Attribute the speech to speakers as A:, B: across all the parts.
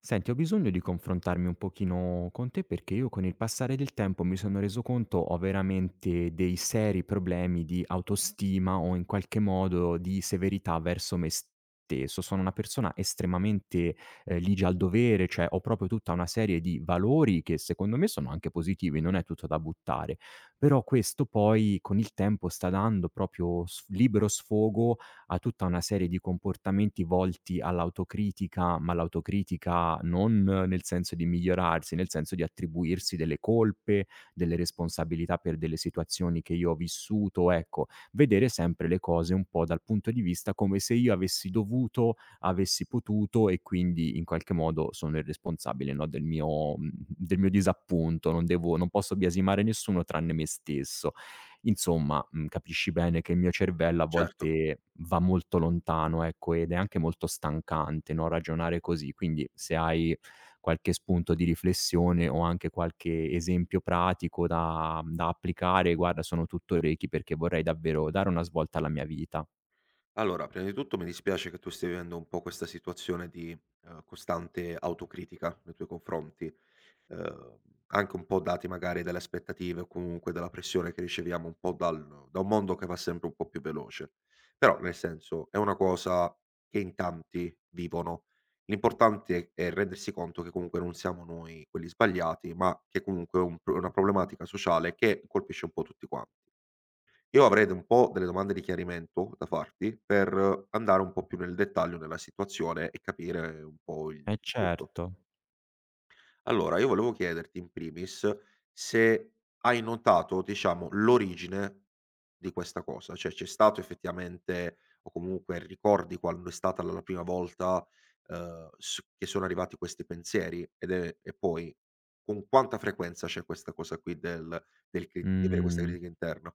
A: Senti, ho bisogno di confrontarmi un pochino con te perché io con il passare del tempo mi sono reso conto ho veramente dei seri problemi di autostima o in qualche modo di severità verso me stesso. Sono una persona estremamente ligia al dovere, cioè ho proprio tutta una serie di valori che secondo me sono anche positivi, non è tutto da buttare. Però questo poi con il tempo sta dando proprio libero sfogo a tutta una serie di comportamenti volti all'autocritica, ma l'autocritica non nel senso di migliorarsi, nel senso di attribuirsi delle colpe, delle responsabilità per delle situazioni che io ho vissuto, ecco, vedere sempre le cose un po' dal punto di vista come se io avessi dovuto, avessi potuto e quindi in qualche modo sono il responsabile, no, del mio disappunto, non devo non posso biasimare nessuno tranne me stesso. Insomma, capisci bene che il mio cervello a
B: Certo.
A: volte va molto lontano, ecco, ed è anche molto stancante, no, ragionare così. Quindi se hai qualche spunto di riflessione o anche qualche esempio pratico da applicare, guarda sono tutto orecchi perché vorrei davvero dare una svolta alla mia vita.
B: Allora, prima di tutto mi dispiace che tu stia vivendo un po' questa situazione di, costante autocritica nei tuoi confronti, ehm, anche un po' dati magari dalle aspettative o comunque dalla pressione che riceviamo un po' dal da un mondo che va sempre un po' più veloce. Però, nel senso, è una cosa che in tanti vivono. L'importante è rendersi conto che comunque non siamo noi quelli sbagliati, ma che comunque è un pro una problematica sociale che colpisce un po' tutti quan. Io avrei d un po' delle domande di chiarimento da farti, per andare un po' più nel dettaglio nella situazione e capire un po'
A: Eh
B: il tutto.
A: certo.
B: Allora, io volevo chiederti in primis se hai notato, diciamo, l'origine di questa cosa, cioè c'è stato effettivamente o comunque ricordi quando è stata la prima volta, s che sono arrivati questi pensieri? Ed è e poi con quanta frequenza c'è questa cosa qui del cri di avere questa
A: Mh.
B: critica interna?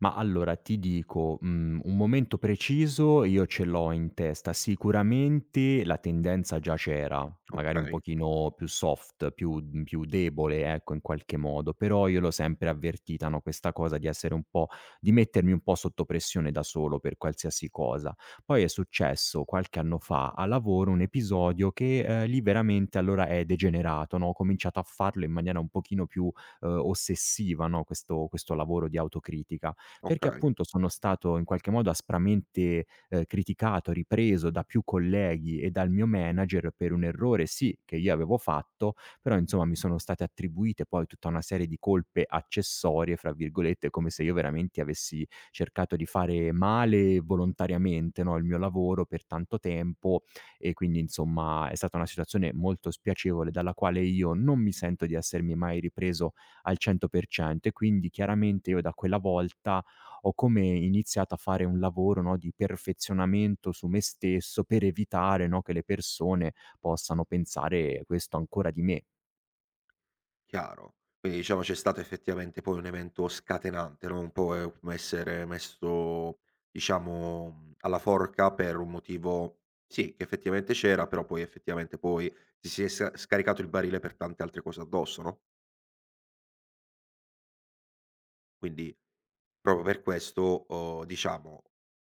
A: Ma allora ti dico, un momento preciso io ce l'ho in testa. Sicuramente la tendenza già c'era, magari un
B: Okay,
A: pochino più soft, più più debole, ecco, in qualche modo, però io l'ho sempre avvertita, no, questa cosa di essere un po' di mettermi un po' sotto pressione da solo per qualsiasi cosa. Poi è successo qualche anno fa a lavoro un episodio che, lì veramente allora è degenerato, no, ho cominciato a farlo in maniera un pochino più, ossessiva, no, questo lavoro di autocritica. Perché
B: oka.
A: appunto sono stato in qualche modo aspramente, criticato, ripreso da più colleghi e dal mio manager per un errore, sì, che io avevo fatto, però insomma mi sono state attribuite poi tutta una serie di colpe "accessorie", fra virgolette, come se io veramente avessi cercato di fare male volontariamente, no, il mio lavoro per tanto tempo e quindi insomma è stata una situazione molto spiacevole dalla quale io non mi sento di essermi mai ripreso al 100% e quindi chiaramente io da quella volta ho come iniziato a fare un lavoro, no, di perfezionamento su me stesso per evitare, no, che le persone possano pensare questo ancora di me.
B: Chiaro. Quindi diciamo c'è stato effettivamente poi un evento scatenante, no, un po' è come essere messo, diciamo, alla forca per un motivo, sì, che effettivamente c'era, però poi effettivamente poi ti si è scaricato il barile per tante altre cose addosso, no? Quindi proprio per questo, diciamo,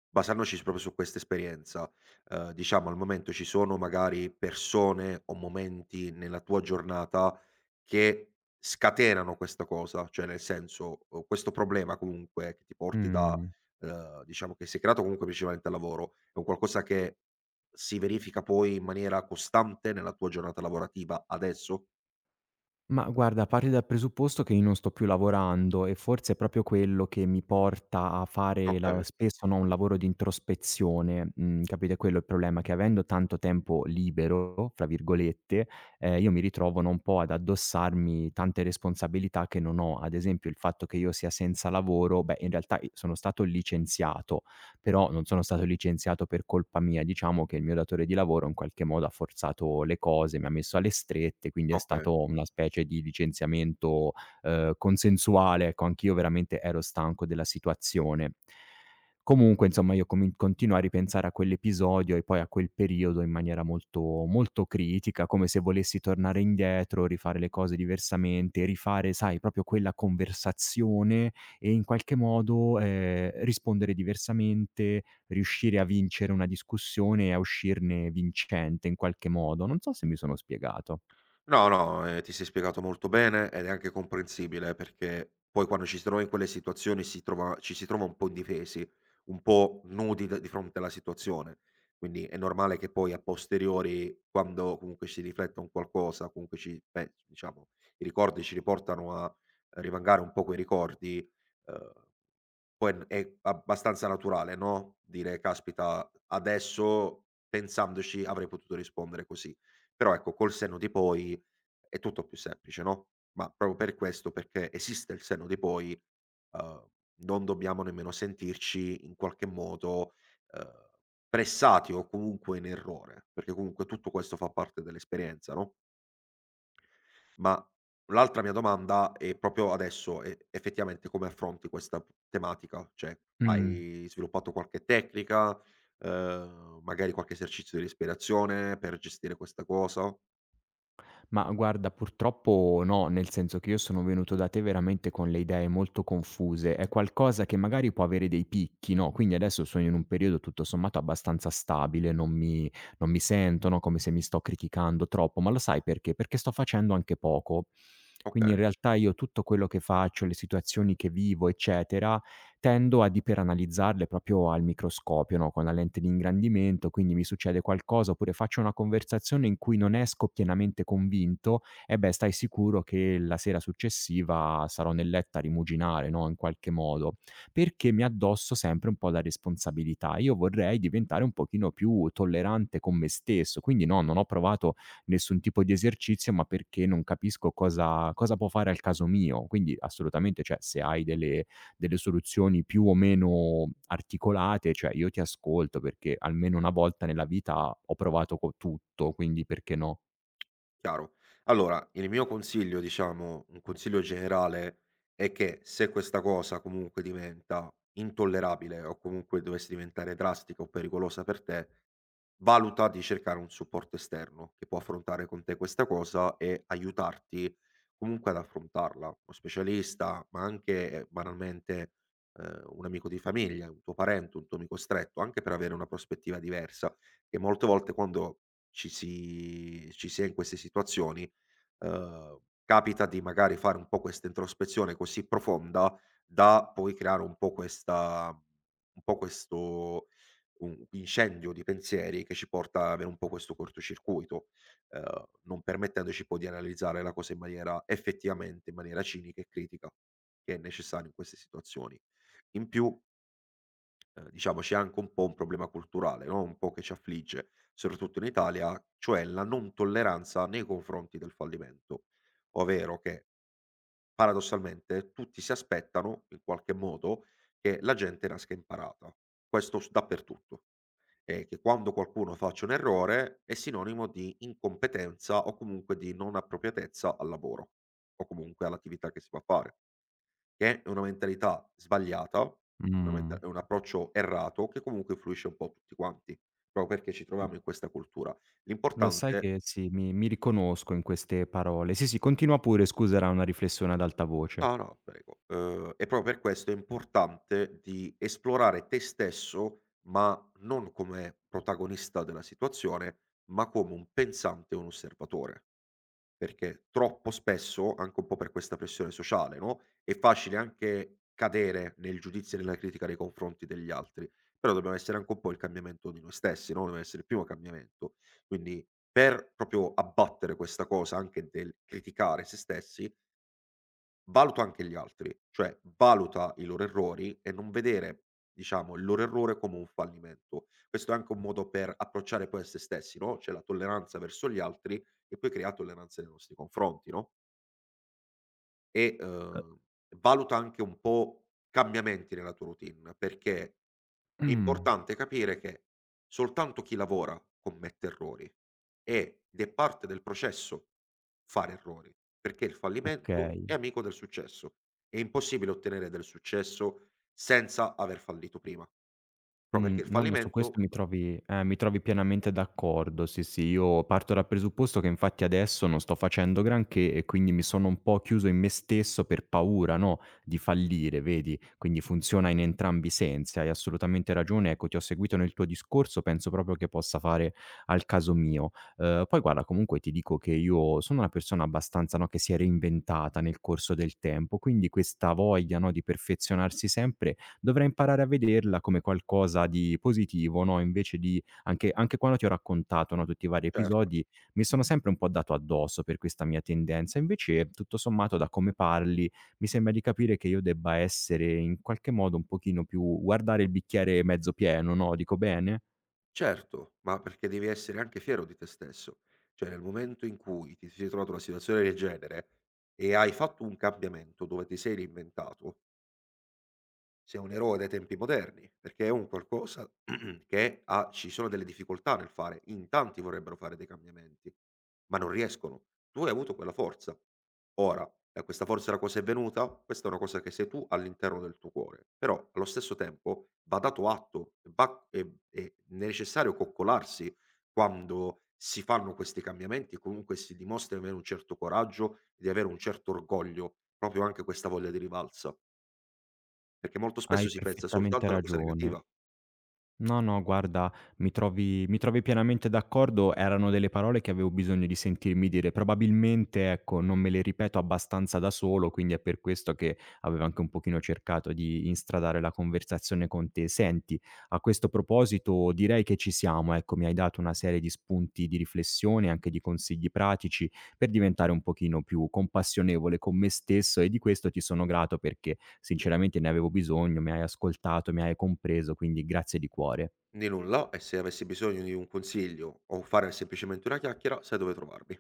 B: basandoci s proprio su questa esperienza, diciamo al momento ci sono magari persone o momenti nella tua giornata che scatenano questa cosa, cioè nel senso, questo problema comunque che ti porti da,
A: Mh.
B: diciamo che si è creato comunque principalmente al lavoro, è un qualcosa che si verifica poi in maniera costante nella tua giornata lavorativa adesso?
A: Ma guarda, parti dal presupposto che io non sto più lavorando e forse è proprio quello che mi porta a fare la
B: Okay,
A: spesso, no, un lavoro di introspezione, mhmm, capito? È quello è il problema, che avendo tanto tempo "libero" fra virgolette, io mi ritrovo, no, un po' ad addossarmi tante responsabilità che non ho. Ad esempio, il fatto che io sia senza lavoro, beh, in realtà i sono stato licenziato, però non sono stato licenziato per colpa mia. Diciamo che il mio datore di lavoro in qualche modo ha forzato le cose, mi ha messo alle strette, quindi è
B: okay.
A: stato una specie di licenziamento, consensuale, ecco. Anch'io veramente ero stanco della situazione. Comunque insomma io comin continuo a ripensare a quell'episodio e poi a quel periodo in maniera molto, molto critica, come se volessi tornare indietro, rifare le cose diversamente, rifare, sai, proprio quella conversazione e in qualche modo, rispondere diversamente, riuscire a vincere una discussione e a uscirne vincente in qualche modo. Non so se mi sono spiegato.
B: No, no, ti sei spiegato molto bene ed è anche comprensibile perché poi quando ci si trova in quelle situazioni si trova ci si trova un po' indifesi, un po' nudi d di fronte alla situazione. Quindi è normale che poi a posteriori, quando comunque si riflette un qualcosa, comunque ci beh, diciamo i ricordi ci riportano a rivangare un po' quei ricordi, uhm poi n è abbastanza naturale, no, dire: "Caspita, adesso pensandoci avrei potuto rispondere così". Però ecco, col senno di poi è tutto più semplice, no, ma proprio per questo, perché esiste il senno di poi, uhm, non dobbiamo nemmeno sentirci in qualche modo, uhm, pressati o comunque in errore, perché comunque tutto questo fa parte dell'esperienza, no? Ma l'altra mia domanda è proprio adesso, effettivamente come affronti questa p tematica? Cioè,
A: Mh.
B: hai sviluppato qualche tecnica, magari qualche esercizio di respirazione per gestire questa cosa?
A: Ma guarda, purtroppo no, nel senso che io sono venuto da te veramente con le idee molto confuse. È qualcosa che magari può avere dei picchi, no? Quindi adesso sono in un periodo tutto sommato abbastanza stabile, non mi sento, no, come se mi sto criticando troppo, ma lo sai perché? Perché sto facendo anche poco.
B: Okay,
A: Quindi in realtà io tutto quello che faccio, le situazioni che vivo, eccetera, tendo ad iperanalizzarle proprio al microscopio, no, con la lente di ingrandimento, quindi mi succede qualcosa oppure faccio una conversazione in cui non esco pienamente convinto, eh beh, stai sicuro che la sera successiva sarò nel letto a rimuginare, no, in qualche modo, perché mi addosso sempre un po' la responsabilità. Io vorrei diventare un pochino più tollerante con me stesso, quindi no, non ho provato nessun tipo di esercizio, ma perché non capisco cosa può fare al caso mio. Quindi assolutamente, cioè, se hai delle soluzioni più o meno articolate, cioè io ti ascolto perché almeno una volta nella vita ho provato co tutto, quindi perché no?
B: chiaro. Allora, il mio consiglio, diciamo, un consiglio generale, è che se questa cosa comunque diventa intollerabile o comunque dovesse diventare drastica o pericolosa per te, valuta di cercare un supporto esterno che può affrontare con te questa cosa e aiutarti comunque ad affrontarla. Uno specialista, ma anche, banalmente, un amico di famiglia, un tuo parente, un tuo amico stretto, anche per avere una prospettiva diversa, che molte volte quando ci si è in queste situazioni, ehm, capita di magari fare un po' questa introspezione così profonda da poi creare un po' questa, un po' questo, un incendio di pensieri che ci porta ad avere un po' questo cortocircuito, non permettendoci poi di analizzare la cosa in maniera effettivamente in maniera cinica e critica, che è necessario in queste situazioni. In più, diciamo c'è anche un po' un problema culturale, no, un po' che ci affligge, soprattutto in Italia, cioè la non tolleranza nei confronti del fallimento. Ovvero che paradossalmente tutti si aspettano, in qualche modo, che la gente nasca imparata. Questo s dappertutto. E che quando qualcuno faccia un errore è sinonimo di incompetenza o comunque di non appropriatezza al lavoro o comunque all'attività che si va a fare. Che è una mentalità sbagliata, una
A: Mh.
B: menta è un approccio errato che comunque influisce un po' tutti quanti, proprio perché ci
A: L
B: troviamo in questa cultura.
A: Lo sai
B: L'importante.
A: che sì, mi riconosco in queste parole. Sì, sì, continua pure, scusa, era una riflessione ad alta voce.
B: No, no, prego. E proprio per questo è importante di esplorare te stesso, ma non come protagonista della situazione, ma come un pensante, un osservatore. Perché troppo spesso, anche un po' per questa pressione sociale, no, è facile anche cadere nel giudizio e nella critica nei confronti degli altri, però dobbiamo essere anche un po' il cambiamento di noi stessi, no, dobbiamo essere il primo cambiamento. Quindi per proprio abbattere questa cosa anche del criticare se stessi, valuta anche gli altri, cioè valuta i loro errori e non vedere, diciamo, il loro errore come un fallimento. Questo è anche un modo per approcciare poi a se stessi, no, c'è la tolleranza verso gli altri e poi crea tolleranza nei nostri confronti, no? E, valuta anche un po' cambiamenti nella tua routine, perché è
A: Mh,
B: importante capire che soltanto chi lavora commette errori ed è parte del processo fare errori, perché il fallimento
A: okay.
B: è amico del successo. È impossibile ottenere del successo senza aver fallito prima. Proprio perché il
A: No, no, su questo
B: fallimento,
A: mi trovi pienamente d'accordo. Sì, sì, io parto dal presupposto che infatti adesso non sto facendo granché e quindi mi sono un po' chiuso in me stesso per paura, no, di fallire, vedi? Quindi funziona in entrambi i sensi, hai assolutamente ragione. Ecco, ti ho seguito nel tuo discorso, penso proprio che possa fare al caso mio. Poi guarda, comunque ti dico che io sono una persona abbastanza, no, che si è reinventata nel corso del tempo, quindi questa voglia, no, di perfezionarsi sempre dovrei imparare a vederla come qualcosa di positivo, no, invece di anche quando ti ho raccontato, no, tutti i vari
B: certo.
A: episodi, mi sono sempre un po' dato addosso per questa mia tendenza. Invece, tutto sommato, da come parli, mi sembra di capire che io debba essere in qualche modo un pochino più guardare il bicchiere mezzo pieno, no, dico bene?
B: Certo, ma perché devi essere anche fiero di te stesso. Cioè, nel momento in cui ti sei trovato una situazione del genere e hai fatto un cambiamento dove ti sei reinventato, sei un eroe dai tempi moderni, perché è un qualcosa che ha ci sono delle difficoltà nel fare, in tanti vorrebbero fare dei cambiamenti, ma non riescono. Tu hai avuto quella forza. Ora, da questa forza da cosa è venuta? Questa è una cosa che sei tu all'interno del tuo cuore, però allo stesso tempo va dato atto, va è necessario coccolarsi quando si fanno questi cambiamenti, comunque si dimostra di avere un certo coraggio, di avere un certo orgoglio, proprio anche questa voglia di rivalsa. Perché molto
A: Hai
B: spesso si pensa
A: perfettamente
B: soltanto alla cosa
A: ragione.
B: negativa.
A: No, no, guarda, mi trovi pienamente d'accordo. Erano delle parole che avevo bisogno di sentirmi dire. Probabilmente, ecco, non me le ripeto abbastanza da solo, quindi è per questo che avevo anche un pochino cercato di instradare la conversazione con te. Senti, a questo proposito direi che ci siamo, ecco, mi hai dato una serie di spunti di riflessione, anche di consigli pratici per diventare un pochino più compassionevole con me stesso e di questo ti sono grato perché sinceramente ne avevo bisogno, mi hai ascoltato, mi hai compreso, quindi grazie di cuore.
B: Di nulla, e se avessi bisogno di un consiglio o fare semplicemente una chiacchiera, sai dove trovarmi.